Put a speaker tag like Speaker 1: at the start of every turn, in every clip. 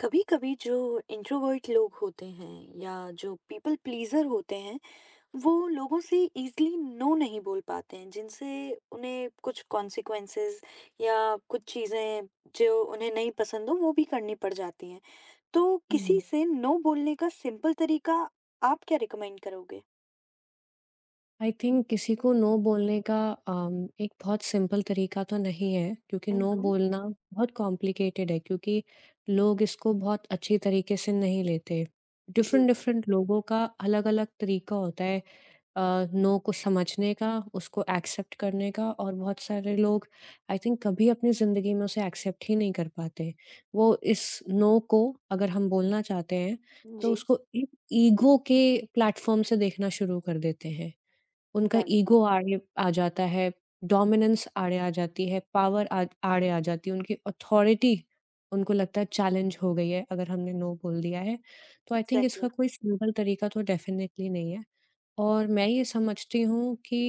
Speaker 1: कभी कभी जो इंट्रोवर्ट लोग होते हैं या जो पीपल प्लीजर होते हैं, वो लोगों से इजीली नो नहीं बोल पाते हैं, जिनसे उन्हें कुछ कॉन्सिक्वेंसेस या कुछ चीज़ें, जो उन्हें नहीं पसंद हो, वो भी करनी पड़ जाती हैं। तो किसी से नो बोलने का सिंपल तरीका आप क्या रिकमेंड करोगे?
Speaker 2: आई थिंक किसी को नो बोलने का अम, एक बहुत सिंपल तरीका तो नहीं है, क्योंकि नो
Speaker 1: हम्म।
Speaker 2: बोलना बहुत कॉम्प्लिकेटेड है, क्योंकि लोग इसको बहुत अच्छी तरीके से नहीं लेते। डिफरेंट
Speaker 1: जी,
Speaker 2: डिफरेंट लोगों का अलग अलग तरीका होता है नो को समझने का, उसको एक्सेप्ट करने का। और बहुत सारे लोग आई थिंक कभी अपनी ज़िंदगी में उसे एक्सेप्ट ही नहीं कर पाते। वो इस नो को अगर हम बोलना चाहते हैं तो
Speaker 1: जी।
Speaker 2: उसको एक ईगो के प्लेटफॉर्म से देखना शुरू कर देते हैं। उनका
Speaker 1: राइट।
Speaker 2: ईगो आड़े आ जाता है, डोमिनेंस आड़े आ जाती है, पावर आड़े आ जाती है, उनकी अथॉरिटी उनको लगता है चैलेंज हो गई है अगर हमने नो बोल दिया है। तो आई थिंक
Speaker 1: एग्जैक्टली।
Speaker 2: इसका कोई सिंपल तरीका तो डेफिनिटली नहीं है। और मैं ये समझती हूँ कि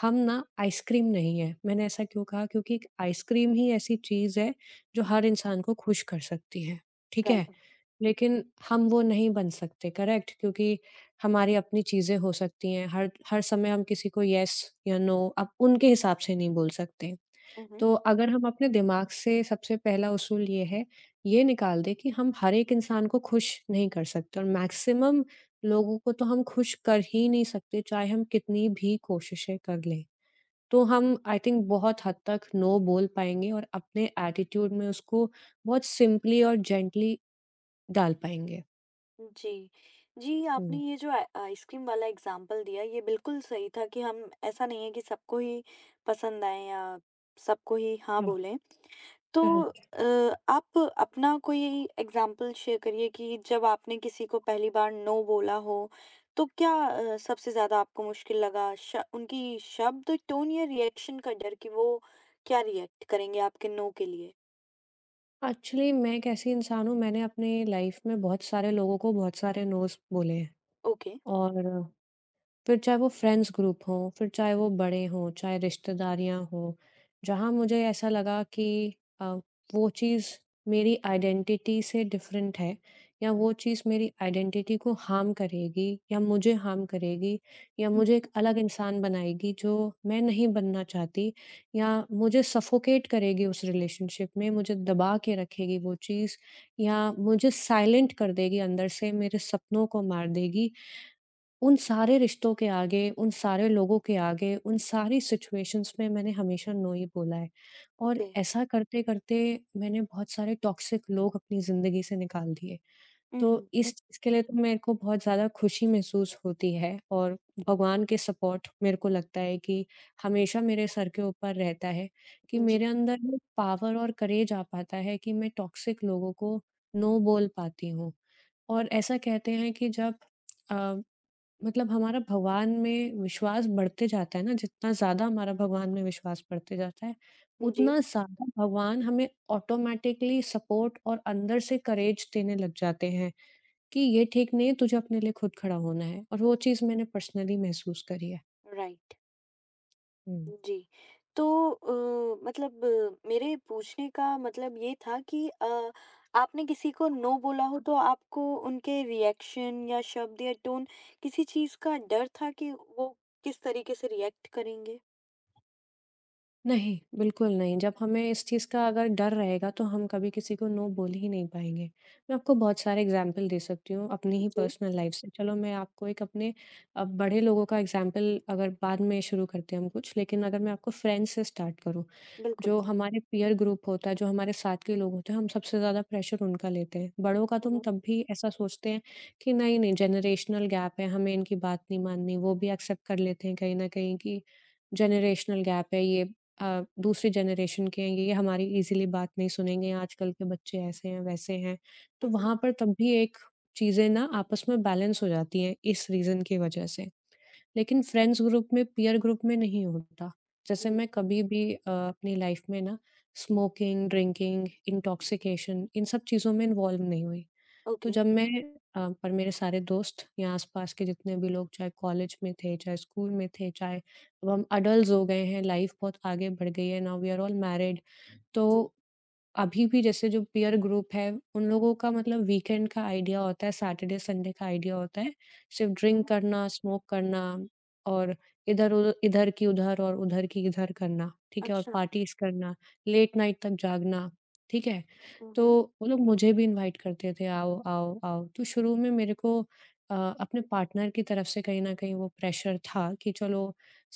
Speaker 2: हम ना आइसक्रीम नहीं है। मैंने ऐसा क्यों कहा, क्योंकि एक आइसक्रीम ही ऐसी चीज़ है जो हर
Speaker 1: हम्म।
Speaker 2: इंसान को खुश कर सकती है, ठीक है?
Speaker 1: राइट।
Speaker 2: लेकिन हम वो नहीं बन सकते, करेक्ट? क्योंकि हमारी अपनी चीज़ें हो सकती हैं, हर हर समय हम किसी को येस या नो अब उनके हिसाब से नहीं बोल सकते। तो
Speaker 1: हम्म।
Speaker 2: अगर हम अपने दिमाग से सबसे पहला उसूल ये है, ये निकाल दें कि हम हर एक इंसान को खुश नहीं कर सकते, और मैक्सिमम लोगों को तो हम खुश कर ही नहीं सकते, चाहे हम कितनी भी कोशिशें कर लें। तो हम आई थिंक बहुत हद तक नो बोल पाएँगे और अपने एटीट्यूड में उसको बहुत सिंपली और जेंटली डाल पाएँगे।
Speaker 1: जी। जी, आपने
Speaker 2: हुँ,
Speaker 1: ये जो आ आइसक्रीम वाला एग्ज़ाम्पल दिया, ये बिल्कुल सही था कि हम ऐसा नहीं है कि सबको ही पसंद आए या सबको ही हाँ
Speaker 2: हाँ,
Speaker 1: बोलें। तो
Speaker 2: करेक्ट।
Speaker 1: अ, आप अपना कोई एग्ज़ाम्पल शेयर करिए कि जब आपने किसी को पहली बार नो बोला हो, तो क्या सबसे ज़्यादा आपको मुश्किल लगा? श उनकी शब्द, टोन या रिएक्शन का डर कि वो क्या रिएक्ट करेंगे आपके नो के लिए?
Speaker 2: एक्चुअली मैं एक ऐसी इंसान हूँ, मैंने अपने लाइफ में बहुत सारे लोगों को बहुत सारे नोज़ बोले हैं।
Speaker 1: ओके।
Speaker 2: और फिर चाहे वो फ्रेंड्स ग्रुप हो, फिर चाहे वो बड़े हों, चाहे रिश्तेदारियाँ हों, जहाँ मुझे ऐसा लगा कि अ, वो चीज़ मेरी आइडेंटिटी से डिफरेंट है, या वो चीज़ मेरी आइडेंटिटी को हार्म करेगी या मुझे हार्म करेगी, या
Speaker 1: हुँ,
Speaker 2: मुझे एक
Speaker 1: हुँ।
Speaker 2: अलग इंसान बनाएगी जो मैं नहीं बनना चाहती, या मुझे सफोकेट करेगी उस रिलेशनशिप में, मुझे दबा के रखेगी वो चीज़, या मुझे साइलेंट कर देगी अंदर से, मेरे सपनों को मार देगी, उन सारे रिश्तों के आगे, उन सारे लोगों के आगे, उन सारी सिचुएशंस में मैंने हमेशा नो ही बोला है। और
Speaker 1: ओके।
Speaker 2: ऐसा करते-करते मैंने बहुत सारे टॉक्सिक लोग अपनी ज़िंदगी से निकाल दिए। तो
Speaker 1: हुँ,
Speaker 2: इस
Speaker 1: हुँ।
Speaker 2: चीज़ के लिए तो मेरे को बहुत ज़्यादा खुशी महसूस होती है, और भगवान के सपोर्ट मेरे को लगता है कि हमेशा मेरे सर के ऊपर रहता है, कि मेरे
Speaker 1: जी,
Speaker 2: अंदर वो पावर और करेज आ पाता है कि मैं टॉक्सिक लोगों को नो बोल पाती हूँ। और ऐसा कहते हैं कि जब अ मतलब हमारा भगवान में विश्वास बढ़ते जाता है ना, जितना ज़्यादा हमारा भगवान में विश्वास बढ़ते जाता है,
Speaker 1: जी।
Speaker 2: उतना ज़्यादा भगवान हमें ऑटोमैटिकली सपोर्ट और अंदर से करेज देने लग जाते हैं, कि ये ठीक नहीं है, तुझे अपने लिए खुद खड़ा होना है। और वो चीज़ मैंने पर्सनली महसूस करी है।
Speaker 1: राइट।
Speaker 2: हुँ।
Speaker 1: जी। तो मतलब मेरे पूछने का मतलब ये था कि आपने किसी को नो बोला हो तो आपको उनके रिएक्शन या शब्द या टोन, किसी चीज़ का डर था कि वो किस तरीके से रिएक्ट करेंगे?
Speaker 2: नहीं, बिल्कुल नहीं। जब हमें इस चीज़ का अगर डर रहेगा तो हम कभी किसी को नो बोल ही नहीं पाएँगे। मैं आपको बहुत सारे एग्ज़ाम्पल दे सकती हूँ अपनी ही
Speaker 1: जी,
Speaker 2: पर्सनल लाइफ़ से। चलो, मैं आपको एक अपने बड़े लोगों का एग्ज़ाम्पल अगर बाद में शुरू करते हैं हम कुछ, लेकिन अगर मैं आपको फ्रेंड्स से स्टार्ट करूँ।
Speaker 1: बिल्कुल।
Speaker 2: जो हमारे पीयर ग्रुप होता है, जो हमारे साथ के लोग होते हैं, हम सबसे ज़्यादा प्रेशर उनका लेते हैं। बड़ों का तुम
Speaker 1: हुँ,
Speaker 2: तब भी ऐसा सोचते हैं कि नहीं-नहीं, जनरेशनल गैप है, हमें इनकी बात नहीं माननी, वो भी एक्सेप्ट कर लेते हैं कहीं न कहीं कि जनरेशनल गैप है, ये दूसरी जनरेशन के हैं, ये हमारी ईज़िली बात नहीं सुनेंगे, आजकल के बच्चे ऐसे हैं, वैसे हैं। तो
Speaker 1: हुँ।
Speaker 2: वहाँ
Speaker 1: हुँ,
Speaker 2: पर तब भी एक चीज़ें ना आपस में बैलेंस हो जाती हैं इस रीज़न की वजह से। लेकिन फ्रेंड्स ग्रुप में, पीयर ग्रुप में नहीं होता। जैसे
Speaker 1: हुँ।
Speaker 2: मैं कभी भी अपनी लाइफ़ में ना स्मोकिंग, ड्रिंकिंग, इंटॉक्सिकेशन, इन सब चीज़ों में इन्वॉल्व नहीं हुई। तो
Speaker 1: ओके।
Speaker 2: जब मैं पर मेरे सारे दोस्त या आस-पास के जितने भी लोग, चाहे कॉलेज में थे, चाहे स्कूल में थे, चाहे अब हम एडल्ट्स हो गए हैं, लाइफ़ बहुत आगे बढ़ गई है, now we are all married. तो
Speaker 1: जी।
Speaker 2: अभी भी जैसे जो पीयर ग्रुप है, उन लोगों का मतलब वीकेंड का आइडिया होता है, सैटरडे संडे का आइडिया होता है, सिर्फ़ ड्रिंक
Speaker 1: हुँ।
Speaker 2: करना, स्मोक करना, और इधर की उधर और उधर की इधर करना, ठीक है? और
Speaker 1: अच्छा।
Speaker 2: पार्टीज़ करना, लेट नाइट तक जागना, ठीक है?
Speaker 1: हुँ,
Speaker 2: तो
Speaker 1: हुँ।
Speaker 2: वो लोग मुझे भी इनवाइट करते थे, आओ, आओ, आओ। तो शुरू में मेरे को अपने पार्टनर की तरफ से कहीं न कहीं वो प्रेशर था कि चलो,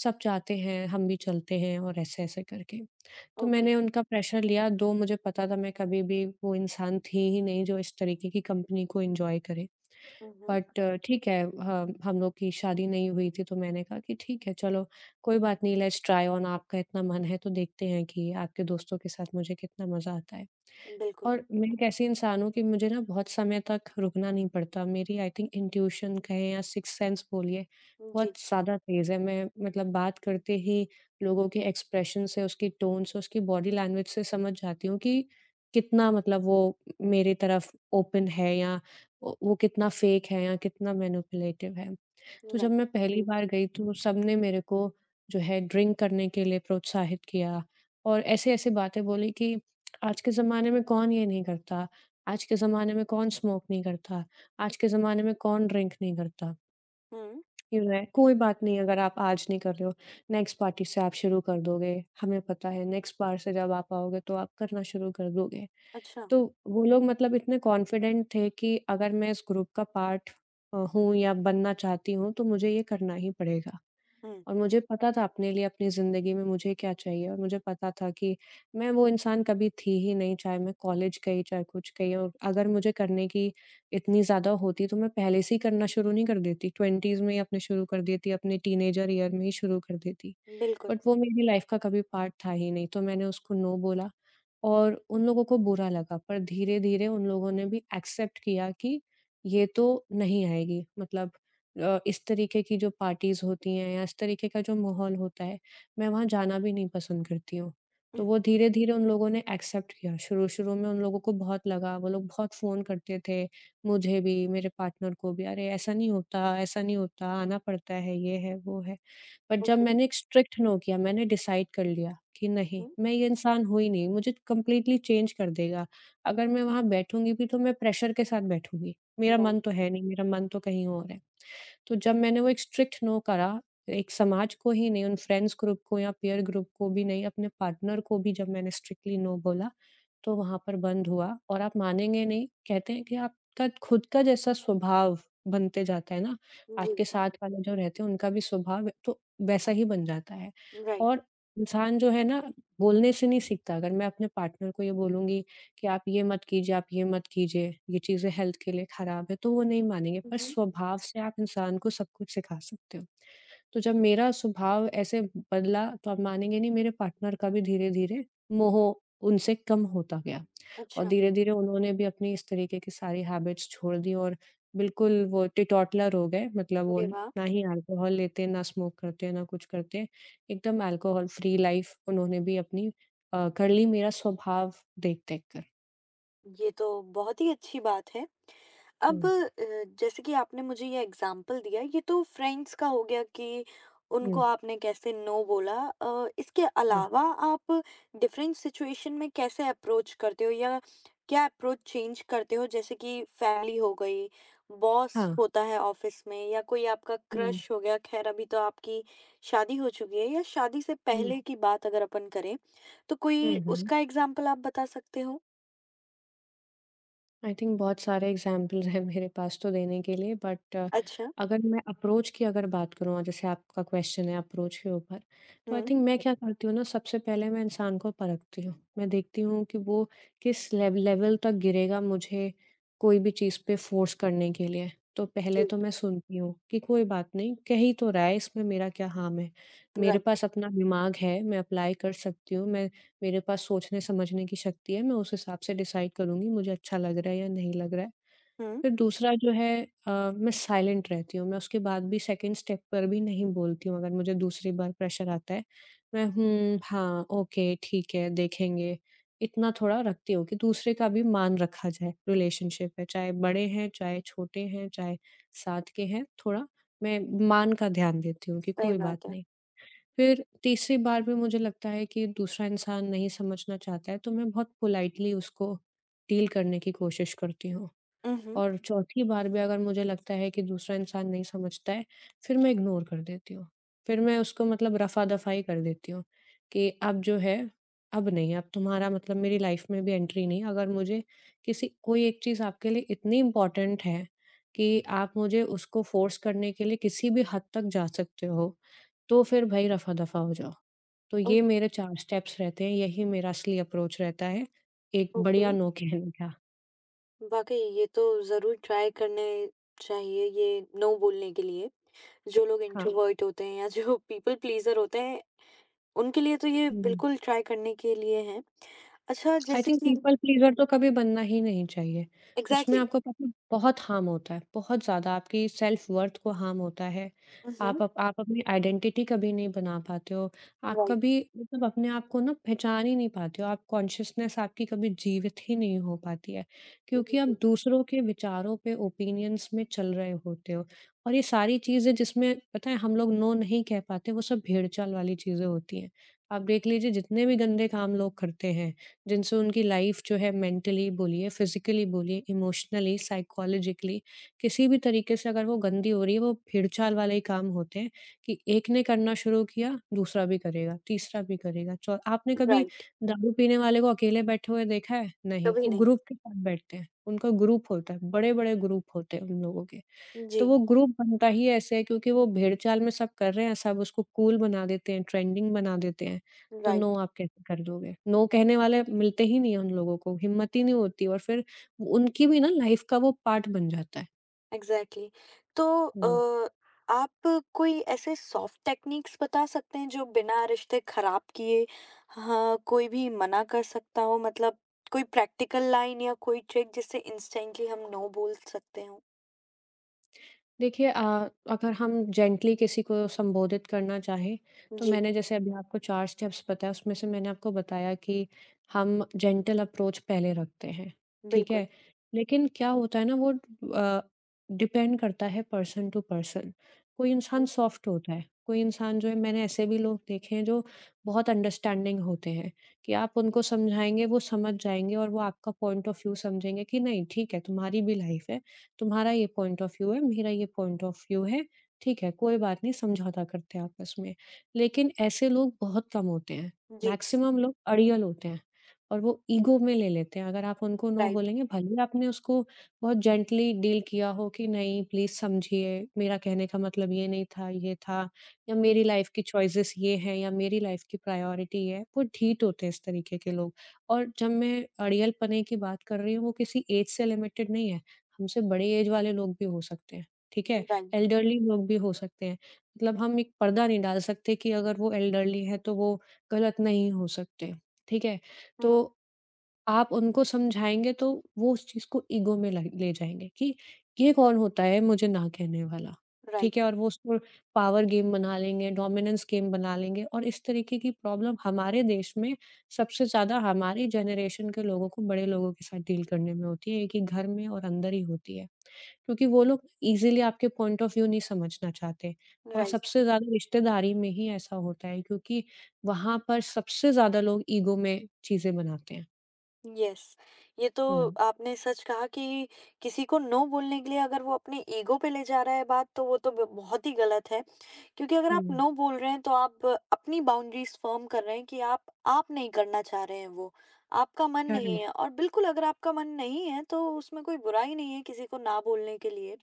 Speaker 2: सब जाते हैं, हम भी चलते हैं, और ऐसे-ऐसे करके। तो
Speaker 1: ओके।
Speaker 2: मैंने उनका प्रेशर लिया, 2 मुझे पता था मैं कभी भी वो इंसान थी ही नहीं जो इस तरीके की कंपनी को एन्जॉय करे।
Speaker 1: हुँ, हुँ।
Speaker 2: बट ठीक है, ह हम लोग की शादी नहीं हुई थी, तो मैंने कहा कि ठीक है, चलो, कोई बात नहीं, लेट्स ट्राई ऑन, आपका इतना मन है तो देखते हैं कि आपके दोस्तों के साथ मुझे कितना मज़ा आता है।
Speaker 1: बिल्कुल।
Speaker 2: और मैं एक ऐसी इंसान हूँ कि मुझे ना बहुत समय तक रुकना नहीं पड़ता। मेरी आई थिंक इंट्यूशन कहें या सिक्स्थ सेंस बोलिए, बहुत
Speaker 1: जी।
Speaker 2: ज़्यादा तेज़ है। मैं मतलब बात करते ही लोगों के एक्सप्रेशन से, उसकी टोन से, उसकी बॉडी लैंग्वेज से समझ जाती हूँ कि कितना मतलब वो मेरी तरफ ओपन है, या वो कितना फेक है या कितना मैनिपुलेटिव है। तो जब
Speaker 1: राइट।
Speaker 2: मैं पहली बार गई तो सबने मेरे को जो है ड्रिंक करने के लिए प्रोत्साहित किया, और ऐसे-ऐसे बातें बोली कि आज के ज़माने में कौन ये नहीं करता, आज के ज़माने में कौन स्मोक नहीं करता, आज के ज़माने में कौन ड्रिंक नहीं करता।
Speaker 1: हुँ।
Speaker 2: ये मैं, कोई बात नहीं अगर आप आज नहीं कर रहे हो, नेक्स्ट पार्टी से आप शुरू कर दोगे, हमें पता है नेक्स्ट बार से जब आप आओगे तो आप करना शुरू कर दोगे।
Speaker 1: अच्छा।
Speaker 2: तो वो लोग मतलब इतने कॉन्फिडेंट थे कि अगर मैं इस ग्रुप का पार्ट हूँ या बनना चाहती हूँ, तो मुझे ये करना ही पड़ेगा।
Speaker 1: हुँ।
Speaker 2: और मुझे पता था अपने लिए अपनी ज़िंदगी में मुझे क्या चाहिए, और मुझे पता था कि मैं वो इंसान कभी थी ही नहीं, चाहे मैं कॉलेज गई, चाहे कुछ गई, और अगर मुझे करने की इतनी ज़्यादा होती तो मैं पहले से ही करना शुरू नहीं कर देती, 20s में ही अपने शुरू कर देती, अपने टीनेजर ईयर में ही शुरू कर देती।
Speaker 1: बिल्कुल।
Speaker 2: बट वो मेरी लाइफ़ का कभी पार्ट था ही नहीं, तो मैंने उसको नो बोला, और उन लोगों को बुरा लगा, पर धीरे-धीरे उन लोगों ने भी एक्सेप्ट किया कि ये तो नहीं आएगी, मतलब इस तरीके की जो पार्टीज़ होती हैं या इस तरीके का जो माहौल होता है, मैं वहाँ जाना भी नहीं पसंद करती हूँ। तो
Speaker 1: हुँ।
Speaker 2: वो धीरे-धीरे उन लोगों ने एक्सेप्ट किया। शुरू-शुरू में उन लोगों को बहुत लगा, वो लोग बहुत फ़ोन करते थे, मुझे भी, मेरे पार्टनर को भी, "अरे! ऐसा नहीं होता, आना पड़ता है, ये है, वो है।" बट जब
Speaker 1: ओके।
Speaker 2: मैंने एक स्ट्रिक्ट नो किया, मैंने डिसाइड कर लिया कि नहीं,
Speaker 1: हुँ।
Speaker 2: मैं ये इंसान हुई नहीं, मुझे कंप्लीटली चेंज कर देगा। अगर मैं वहाँ बैठूँगी भी तो मैं प्रेशर के साथ बैठूँगी। मेरा
Speaker 1: राइट।
Speaker 2: मन तो है नहीं, मेरा मन तो कहीं और है। तो जब मैंने वो एक स्ट्रिक्ट नो करा, एक समाज को ही नहीं, उन फ्रेंड्स ग्रुप को या पीयर ग्रुप को भी नहीं, अपने पार्टनर को भी जब मैंने स्ट्रिक्टली नो बोला, तो वहाँ पर बंद हुआ। और आप मानेंगे नहीं, कहते हैं कि आपका खुद का जैसा स्वभाव बनते जाता है ना, आपके
Speaker 1: जी,
Speaker 2: साथ वाले जो रहते हैं उनका भी स्वभाव तो वैसा ही बन जाता है।
Speaker 1: राइट।
Speaker 2: और इंसान जो है ना बोलने से नहीं सीखता, अगर मैं अपने पार्टनर को ये बोलूँगी कि आप ये मत कीजिए, आप ये मत कीजिए, ये चीज़ें हेल्थ के लिए खराब है, तो वो नहीं मानेंगे,
Speaker 1: हुँ,
Speaker 2: पर
Speaker 1: हुँ।
Speaker 2: स्वभाव से आप इंसान को सब कुछ सिखा सकते हो। तो जब मेरा स्वभाव ऐसे बदला तो आप मानेंगे नहीं, मेरे पार्टनर का भी धीरे-धीरे मोह उनसे कम होता गया, और
Speaker 1: अच्छा।
Speaker 2: धीरे-धीरे उन्होंने भी अपनी इस तरीके की सारी हैबिट्स छोड़ दी, और बिल्कुल वो टीटॉटलर हो गए, मतलब वो
Speaker 1: अरे वाह!
Speaker 2: ना ही अल्कोहल लेते हैं, ना स्मोक करते हैं, ना कुछ करते हैं। एकदम अल्कोहल फ्री लाइफ उन्होंने भी अपनी कर ली, मेरा स्वभाव देख-देख कर।
Speaker 1: ये तो बहुत ही अच्छी बात है। अब
Speaker 2: हुँ,
Speaker 1: जैसे कि आपने मुझे ये एग्ज़ाम्पल दिया, ये तो फ्रेंड्स का हो गया कि
Speaker 2: हुँ,
Speaker 1: उनको आपने कैसे नो बोला। इसके
Speaker 2: हाँ,
Speaker 1: अलावा आप डिफ़रेंट सिचुएशन में कैसे अप्रोच करते हो या क्या अप्रोच चेंज करते हो? जैसे कि फैमिली हो गई, बॉस
Speaker 2: हाँ,
Speaker 1: होता है ऑफ़िस में, या कोई आपका
Speaker 2: हुँ,
Speaker 1: क्रश हो गया। ख़ैर, अभी तो आपकी शादी हो चुकी है, या शादी से
Speaker 2: हुँ,
Speaker 1: पहले की बात अगर अपन करें, तो कोई
Speaker 2: हुँ, हुँ।
Speaker 1: उसका एग्ज़ाम्पल आप बता सकते हो?
Speaker 2: आई थिंक बहुत सारे एग्ज़ाम्पल्स हैं मेरे पास तो देने के लिए, बट
Speaker 1: अच्छा।
Speaker 2: अगर मैं अप्रोच की अगर बात करूँ, और जैसे आपका क्वेश्चन है अप्रोच के ऊपर, तो आई
Speaker 1: हुँ।
Speaker 2: थिंक मैं क्या करती हूँ ना, सबसे पहले मैं इंसान को परखती हूँ। मैं देखती हूँ कि वो किस लेवल तक गिरेगा मुझे कोई भी चीज़ पे फ़ोर्स करने के लिए। तो
Speaker 1: जी,
Speaker 2: पहले तो मैं सुनती हूँ कि कोई बात नहीं, कह ही तो रहा है इसमें मेरा क्या हार्म है। मेरे
Speaker 1: राइट।
Speaker 2: पास अपना दिमाग है, मैं अप्लाई कर सकती हूँ, मैं मेरे पास सोचने-समझने की शक्ति है, मैं उस हिसाब से डिसाइड करूँगी मुझे अच्छा लग रहा है या नहीं लग रहा है।
Speaker 1: हुँ।
Speaker 2: फिर दूसरा जो है मैं साइलेंट रहती हूँ, मैं उसके बाद भी सेकंड स्टेप पर भी नहीं बोलती हूँ अगर मुझे दूसरी बार प्रेशर आता है। मैं हुँ, हाँ, ओके, ठीक है, देखेंगे, इतना थोड़ा रखती हूँ कि दूसरे का भी मान रखा जाए रिलेशनशिप में, चाहे बड़े हैं, चाहे छोटे हैं, चाहे साथ के हैं, थोड़ा मैं मान का ध्यान देती हूँ कि
Speaker 1: सही
Speaker 2: कोई बात
Speaker 1: बात है।
Speaker 2: नहीं। फिर तीसरी बार भी मुझे लगता है कि दूसरा इंसान नहीं समझना चाहता है, तो मैं बहुत पोलाइटली उसको डील करने की कोशिश करती हूँ।
Speaker 1: हुँ, हुँ।
Speaker 2: और चौथी बार भी अगर मुझे लगता है कि दूसरा इंसान नहीं समझता है, फिर मैं इग्नोर कर देती हूँ। फिर मैं उसको मतलब रफ़ा-दफ़ाई कर देती हूँ कि अब जो है, अब नहीं, अब तुम्हारा मतलब मेरी लाइफ़ में भी एंट्री नहीं। अगर मुझे किसी कोई एक चीज़ आपके लिए इतनी इम्पोर्टेंट है कि आप मुझे उसको फ़ोर्स करने के लिए किसी भी हद तक जा सकते हो, तो फिर भई रफ़ा-दफ़ा हो जाओ। तो
Speaker 1: ओ
Speaker 2: ये मेरे 4 स्टेप्स रहते हैं, यही मेरा असली अप्रोच रहता है, एक
Speaker 1: ओके।
Speaker 2: बढ़िया नो कहने का।
Speaker 1: वाक़ई ये तो ज़रूर ट्राई करने चाहिए ये नो बोलने के लिए। जो लोग
Speaker 2: हाँ।
Speaker 1: इंट्रोवर्ट होते हैं या जो पीपल प्लीज़र होते हैं, उनके लिए तो ये
Speaker 2: हुँ।
Speaker 1: बिल्कुल ट्राई करने के लिए है। अच्छा,
Speaker 2: आई
Speaker 1: जैसे
Speaker 2: थिंक
Speaker 1: कि।
Speaker 2: पीपल प्लीजर तो कभी बनना ही नहीं चाहिए। उसमें
Speaker 1: एग्ज़ैक्टली।
Speaker 2: आपको पता है बहुत हार्म होता है, बहुत ज़्यादा आपकी सेल्फ वर्थ को हार्म होता है।
Speaker 1: हुँ, हुँ।
Speaker 2: आप अपनी आइडेंटिटी कभी नहीं बना पाते हो। आप कभी
Speaker 1: राइट।
Speaker 2: मतलब अपने आप को ना पहचान ही नहीं पाते हो। आप कॉन्शसनेस आपकी कभी जीवित ही नहीं हो पाती है, क्योंकि आप
Speaker 1: बिल्कुल।
Speaker 2: दूसरों के विचारों पे, ओपिनियंस में चल रहे होते हो। और ये सारी चीज़ें जिसमें पता है हम लोग नो नहीं कह पाते, वो सब भेड़-चाल वाली चीज़ें होती हैं। आप देख लीजिए जितने भी गंदे काम लोग करते हैं जिनसे उनकी लाइफ जो है मेंटली बोलिए, फिज़िकली बोलिए, इमोशनली, साइकोलॉजिकली किसी भी तरीके से अगर वो गंदी हो रही है, वो भेड़चाल वाले ही काम होते हैं कि एक ने करना शुरू किया, दूसरा भी करेगा, तीसरा भी करेगा, चौ आपने कभी
Speaker 1: राइट।
Speaker 2: दारू पीने वाले को अकेले बैठे हुए देखा है? नहीं,
Speaker 1: कभी
Speaker 2: वो
Speaker 1: नहीं।
Speaker 2: ग्रुप के साथ बैठते हैं, उनका ग्रुप होता है, बड़े-बड़े ग्रुप होते हैं उन लोगों के।
Speaker 1: जी।
Speaker 2: तो वो ग्रुप बनता ही ऐसे है क्योंकि वो भेड़-चाल में सब कर रहे हैं, सब उसको कूल बना देते हैं, ट्रेंडिंग बना देते हैं, तो नो
Speaker 1: राइट।
Speaker 2: आप कैसे कर दोगे? नो कहने वाले मिलते ही नहीं हैं उन लोगों को, हिम्मत ही नहीं होती और फिर उनकी भी ना लाइफ़ का वो पार्ट बन जाता है।
Speaker 1: एग्ज़ैक्टली। तो
Speaker 2: हुँ।
Speaker 1: आप कोई ऐसे सॉफ्ट टेक्निक्स बता सकते हैं जो बिना रिश्ते खराब किए, हाँ, कोई भी मना कर सकता हो, मतलब कोई प्रैक्टिकल लाइन या कोई ट्रिक जिससे इंस्टेंटली हम नो बोल सकते हो?
Speaker 2: देखिए अगर हम जेंटली किसी को संबोधित करना चाहें, तो
Speaker 1: जी।
Speaker 2: मैंने जैसे अभी आपको 4 स्टेप्स बताए, उसमें से मैंने आपको बताया कि हम जेंटल अप्रोच पहले रखते हैं, ठीक
Speaker 1: बिल्कुल।
Speaker 2: है? लेकिन क्या होता है ना वो डिपेंड करता है पर्सन टू पर्सन। कोई इंसान
Speaker 1: हम्म।
Speaker 2: सॉफ्ट होता है, कोई इंसान जो है मैंने ऐसे भी लोग देखे हैं जो बहुत अंडरस्टैंडिंग होते हैं, कि आप उनको समझाएँगे, वो समझ जाएँगे और वो आपका पॉइंट ऑफ व्यू समझेंगे कि नहीं ठीक है, तुम्हारी भी लाइफ़ है तुम्हारा ये पॉइंट ऑफ व्यू है, मेरा ये पॉइंट ऑफ व्यू है, ठीक है, कोई बात नहीं समझौता करते हैं आपस में। लेकिन ऐसे लोग बहुत कम होते हैं,
Speaker 1: जी।
Speaker 2: मैक्सिमम लोग अड़ियल होते हैं और वो ईगो में ले लेते हैं। अगर आप उनको नो
Speaker 1: राइट।
Speaker 2: बोलेंगे, भले ही आपने उसको बहुत जेंटली डील किया हो कि नहीं प्लीज़ समझिए, मेरा कहने का मतलब ये नहीं था, ये था या मेरी लाइफ़ की चॉइसेस ये हैं या मेरी लाइफ़ की प्रायोरिटी ये है, वो ढीठ होते हैं इस तरीके के लोग। और जब मैं अड़ियलपने की बात कर रही हूँ, वो किसी एज से लिमिटेड नहीं है। हमसे बड़े एज वाले लोग भी हो सकते हैं, ठीक है?
Speaker 1: राइट।
Speaker 2: एल्डरली लोग भी हो सकते हैं। मतलब हम एक पर्दा नहीं डाल सकते कि अगर वो एल्डरली हैं, तो वो गलत नहीं हो सकते, ठीक है?
Speaker 1: हम्म।
Speaker 2: तो आप उनको समझाएँगे तो वो उस चीज़ को ईगो में लग ले जाएँगे कि ये कौन होता है मुझे ना कहने वाला,
Speaker 1: राइट।
Speaker 2: ठीक है? और वो उसको पावर गेम बना लेंगे, डोमिनेंस गेम बना लेंगे और इस तरीके की प्रॉब्लम हमारे देश में सबसे ज़्यादा हमारी जनरेशन के लोगों को बड़े लोगों के साथ डील करने में होती है, एक ही घर में और अंदर ही होती है। क्योंकि वो लोग ईज़िली आपके पॉइंट ऑफ व्यू नहीं समझना चाहते और
Speaker 1: राइट।
Speaker 2: सबसे ज़्यादा रिश्तेदारी में ही ऐसा होता है क्योंकि वहाँ पर सबसे ज़्यादा लोग ईगो में चीज़ें बनाते हैं।
Speaker 1: यस। ये तो
Speaker 2: हुँ।
Speaker 1: आपने सच कहा कि किसी को नो बोलने के लिए अगर वो अपने ईगो पे ले जा रहा है बात, तो वो तो बहुत ही गलत है। क्योंकि अगर आप
Speaker 2: हुँ,
Speaker 1: नो बोल रहे हैं तो आप अपनी बाउंड्रीज फर्म कर रहे हैं कि आप नहीं करना चाह रहे हैं वो, आपका मन नहीं
Speaker 2: करेक्ट,
Speaker 1: है। और बिल्कुल अगर आपका मन नहीं है तो उसमें कोई बुराई नहीं है किसी को ना बोलने के लिए।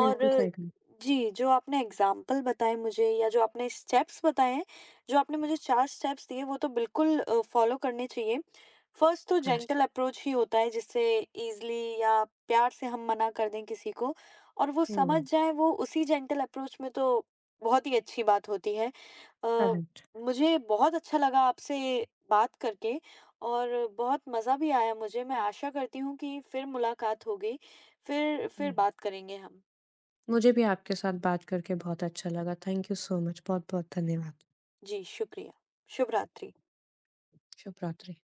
Speaker 1: और
Speaker 2: सही कहा।
Speaker 1: जी, जो आपने एग्ज़ाम्पल बताए मुझे, या जो आपने स्टेप्स बताए हैं, जो आपने मुझे 4 स्टेप्स दिए वो तो बिल्कुल फ़ॉलो करने चाहिए। फर्स्ट तो
Speaker 2: हाँ जी।
Speaker 1: जेंटल अप्रोच ही होता है जिससे ईज़िली या प्यार से हम मना कर दें किसी को, और वो समझ
Speaker 2: हुँ,
Speaker 1: जाए वो उसी जेंटल अप्रोच में, तो बहुत ही अच्छी बात होती है। अ,
Speaker 2: करेक्ट।
Speaker 1: मुझे बहुत अच्छा लगा आपसे बात करके, और बहुत मज़ा भी आया मुझे। मैं आशा करती हूँ कि फिर मुलाकात होगी, फिर
Speaker 2: हुँ।
Speaker 1: बात करेंगे हम।
Speaker 2: मुझे भी आपके साथ बात करके बहुत अच्छा लगा। थैंक यू सो मच बहुत-बहुत धन्यवाद।
Speaker 1: जी, शुक्रिया। शुभ रात्रि।
Speaker 2: शुभ रात्रि।